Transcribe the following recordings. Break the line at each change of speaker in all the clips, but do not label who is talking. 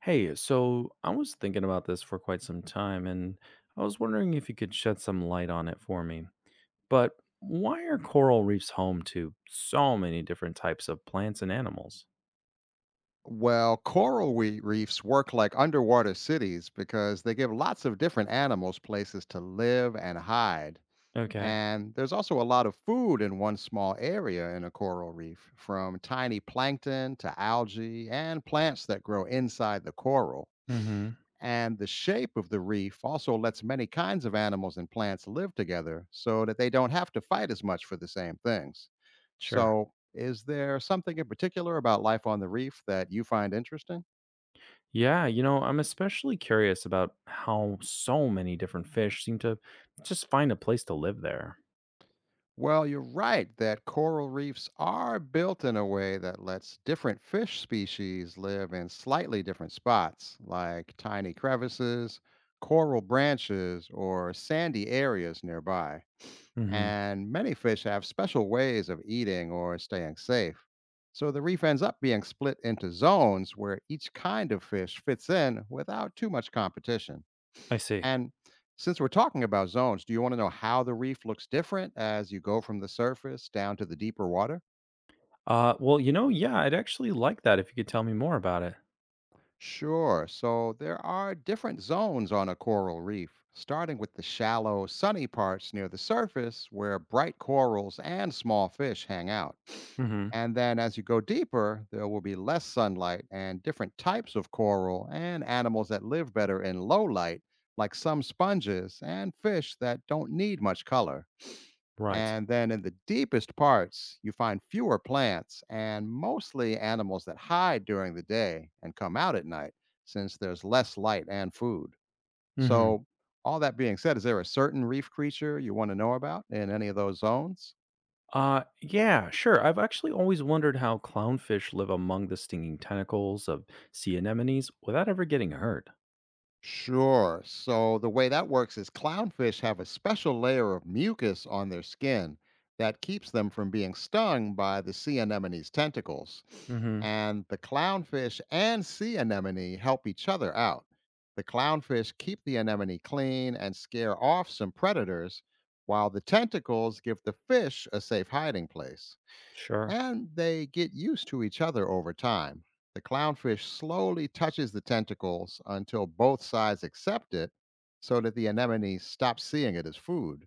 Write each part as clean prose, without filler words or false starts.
Hey, so I was thinking about this for quite some time, and I was wondering if you could shed some light on it for me. But Why are coral reefs home to so many different types of plants and animals?
Well, reefs work like underwater cities because they give lots of different animals places to live and hide.
Okay.
And there's also a lot of food in one small area in a coral reef, from tiny plankton to algae and plants that grow inside the coral.
Mm-hmm.
And the shape of the reef also lets many kinds of animals and plants live together so that they don't have to fight as much for the same things.
Sure.
So, is there something in particular about life on the reef that you find interesting?
Yeah, I'm especially curious about how so many different fish seem to just find a place to live there.
Well, you're right that coral reefs are built in a way that lets different fish species live in slightly different spots, like tiny crevices, coral branches, or sandy areas nearby.
Mm-hmm.
And many fish have special ways of eating or staying safe. So the reef ends up being split into zones where each kind of fish fits in without too much competition.
I see.
And since we're talking about zones, do you want to know how the reef looks different as you go from the surface down to the deeper water?
Yeah, I'd actually like that if you could tell me more about it.
Sure. So there are different zones on a coral reef, starting with the shallow, sunny parts near the surface where bright corals and small fish hang out.
Mm-hmm.
And then as you go deeper, there will be less sunlight and different types of coral and animals that live better in low light, like some sponges and fish that don't need much color.
Right.
And then in the deepest parts, you find fewer plants and mostly animals that hide during the day and come out at night since there's less light and food. So, all that being said, is there a certain reef creature you want to know about in any of those zones?
Yeah, sure. I've actually always wondered how clownfish live among the stinging tentacles of sea anemones without ever getting hurt.
Sure. So the way that works is clownfish have a special layer of mucus on their skin that keeps them from being stung by the sea anemone's tentacles.
Mm hmm
And the clownfish and sea anemone help each other out. The clownfish keep the anemone clean and scare off some predators, while the tentacles give the fish a safe hiding place
Sure.
and they get used to each other over time. The clownfish slowly touches the tentacles until both sides accept it so that the anemone stops seeing it as food.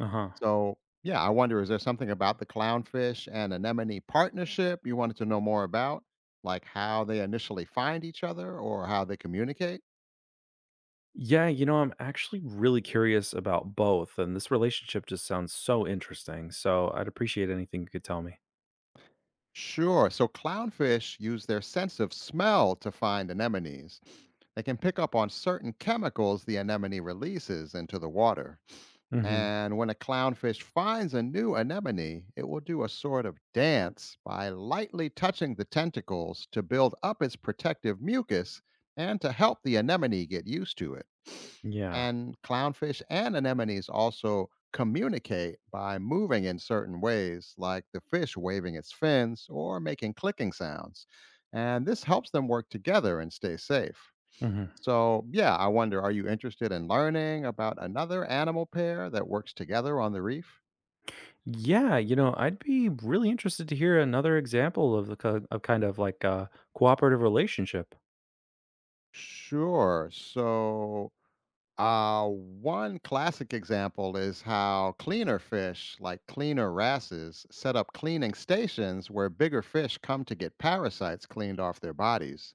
Uh-huh.
So, yeah, I wonder, is there something about the clownfish and anemone partnership you wanted to know more about? Like how they initially find each other or how they communicate?
Yeah, I'm actually really curious about both, and this relationship just sounds so interesting. So I'd appreciate anything you could tell me.
Sure. So, clownfish use their sense of smell to find anemones. They can pick up on certain chemicals the anemone releases into the water.
Mm hmm
And when a clownfish finds a new anemone, it will do a sort of dance by lightly touching the tentacles to build up its protective mucus and to help the anemone get used to it.
Yeah.
And clownfish and anemones also communicate by moving in certain ways, like the fish waving its fins or making clicking sounds. And this helps them work together and stay safe.
Hmm.
So, yeah, I wonder, are you interested in learning about another animal pair that works together on the reef?
Yeah, I'd be really interested to hear another example of kind of like a cooperative relationship.
Sure. So, one classic example is how cleaner fish, like cleaner wrasses, set up cleaning stations where bigger fish come to get parasites cleaned off their bodies.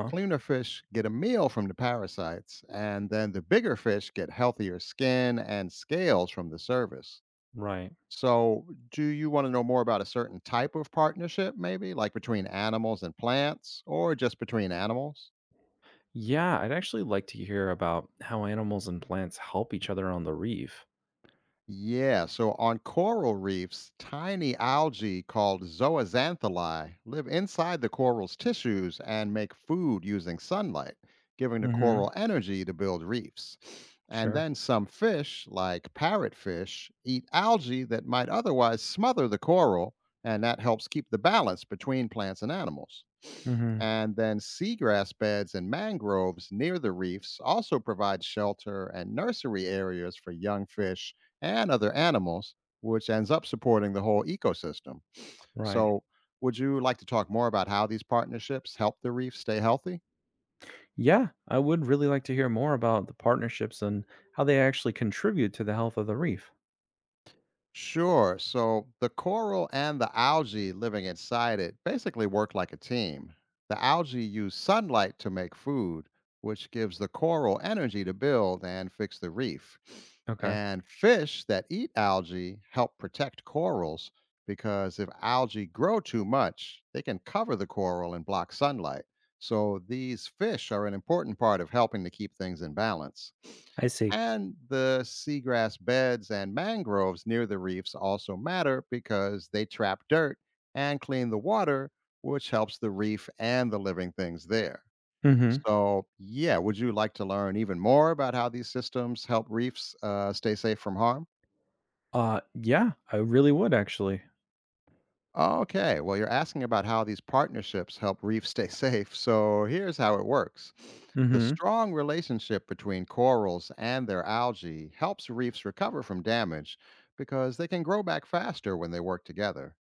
The cleaner fish get a meal from the parasites, and then the bigger fish get healthier skin and scales from the service.
Right.
So, do you want to know more about a certain type of partnership, maybe like between animals and plants, or just between animals?
Yeah, I'd actually like to hear about how animals and plants help each other on the reef.
Yeah, so on coral reefs, tiny algae called zooxanthellae live inside the coral's tissues and make food using sunlight, giving the
Mm-hmm.
coral energy to build reefs. And
Sure.
then some fish, like parrotfish, eat algae that might otherwise smother the coral, and that helps keep the balance between plants and animals.
Mm-hmm.
And then seagrass beds and mangroves near the reefs also provide shelter and nursery areas for young fish and other animals, which ends up supporting the whole ecosystem.
Right.
So, would you like to talk more about how these partnerships help the reef stay healthy?
Yeah, I would really like to hear more about the partnerships and how they actually contribute to the health of the reef.
Sure. So the coral and the algae living inside it basically work like a team. The algae use sunlight to make food, which gives the coral energy to build and fix the reef.
Okay,
And fish that eat algae help protect corals because if algae grow too much, they can cover the coral and block sunlight. So these fish are an important part of helping to keep things in balance.
I see.
And the seagrass beds and mangroves near the reefs also matter because they trap dirt and clean the water, which helps the reef and the living things there.
Mm-hmm.
So, yeah, would you like to learn even more about how these systems help reefs stay safe from harm?
Yeah, I really would actually.
Okay, well, you're asking about how these partnerships help reef stay safe. So here's how it works: the
Mm-hmm.
strong relationship between corals and their algae helps reefs recover from damage because they can grow back faster when they work together.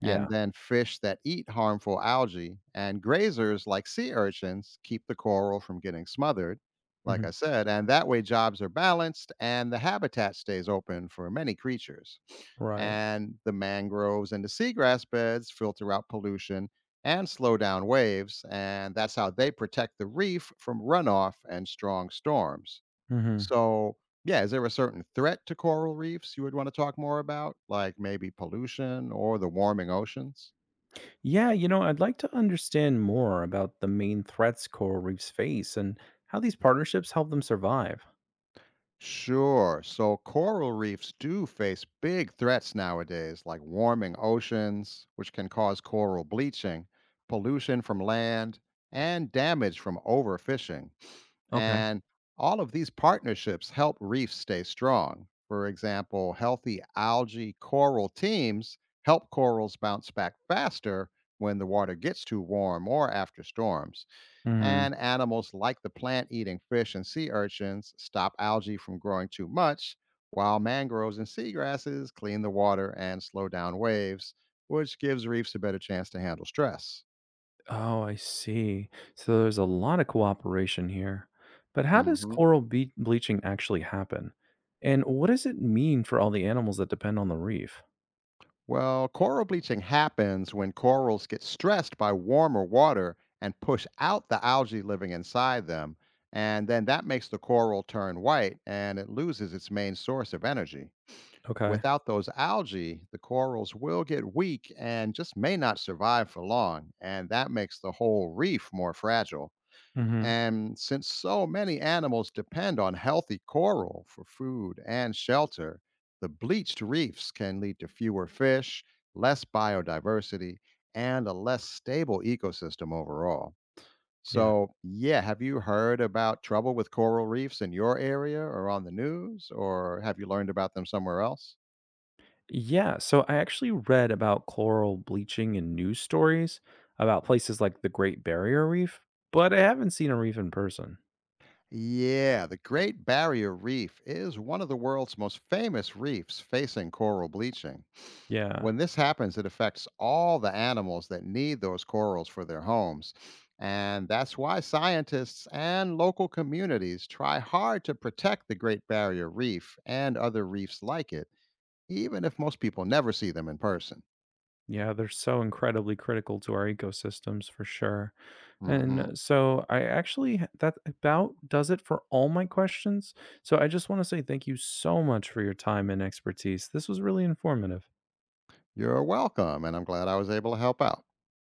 Yeah.
And then fish that eat harmful algae and grazers like sea urchins keep the coral from getting smothered, like
Mm-hmm.
I said, and that way jobs are balanced and the habitat stays open for many creatures,
Right.
and the mangroves and the seagrass beds filter out pollution and slow down waves. And that's how they protect the reef from runoff and strong storms.
Mm-hmm.
So, yeah, is there a certain threat to coral reefs you would want to talk more about, like maybe pollution or the warming oceans?
Yeah, I'd like to understand more about the main threats coral reefs face and how these partnerships help them survive.
Sure. So coral reefs do face big threats nowadays, like warming oceans, which can cause coral bleaching, pollution from land, and damage from overfishing.
Okay.
And all of these partnerships help reefs stay strong. For example, healthy algae coral teams help corals bounce back faster when the water gets too warm or after storms.
Mm-hmm.
And animals like the plant eating fish and sea urchins stop algae from growing too much, while mangroves and seagrasses clean the water and slow down waves, which gives reefs a better chance to handle stress.
Oh, I see. So there's a lot of cooperation here. But how does
Hmm.
bleaching actually happen? And what does it mean for all the animals that depend on the reef?
Well, coral bleaching happens when corals get stressed by warmer water and push out the algae living inside them. And then that makes the coral turn white and it loses its main source of energy.
Okay.
Without those algae, the corals will get weak and just may not survive for long. And that makes the whole reef more fragile.
Hmm.
And since so many animals depend on healthy coral for food and shelter, the bleached reefs can lead to fewer fish, less biodiversity, and a less stable ecosystem overall.
Yeah.
So, yeah, have you heard about trouble with coral reefs in your area or on the news, or have you learned about them somewhere else?
Yeah. So I actually read about coral bleaching in news stories about places like the Great Barrier Reef, but I haven't seen a reef in person.
Yeah, the Great Barrier Reef is one of the world's most famous reefs facing coral bleaching.
Yeah.
When this happens, it affects all the animals that need those corals for their homes. And that's why scientists and local communities try hard to protect the Great Barrier Reef and other reefs like it, even if most people never see them in person.
Yeah. They're so incredibly critical to our ecosystems for sure.
Hmm.
And so that about does it for all my questions. So I just want to say thank you so much for your time and expertise. This was really informative.
You're welcome, and I'm glad I was able to help out.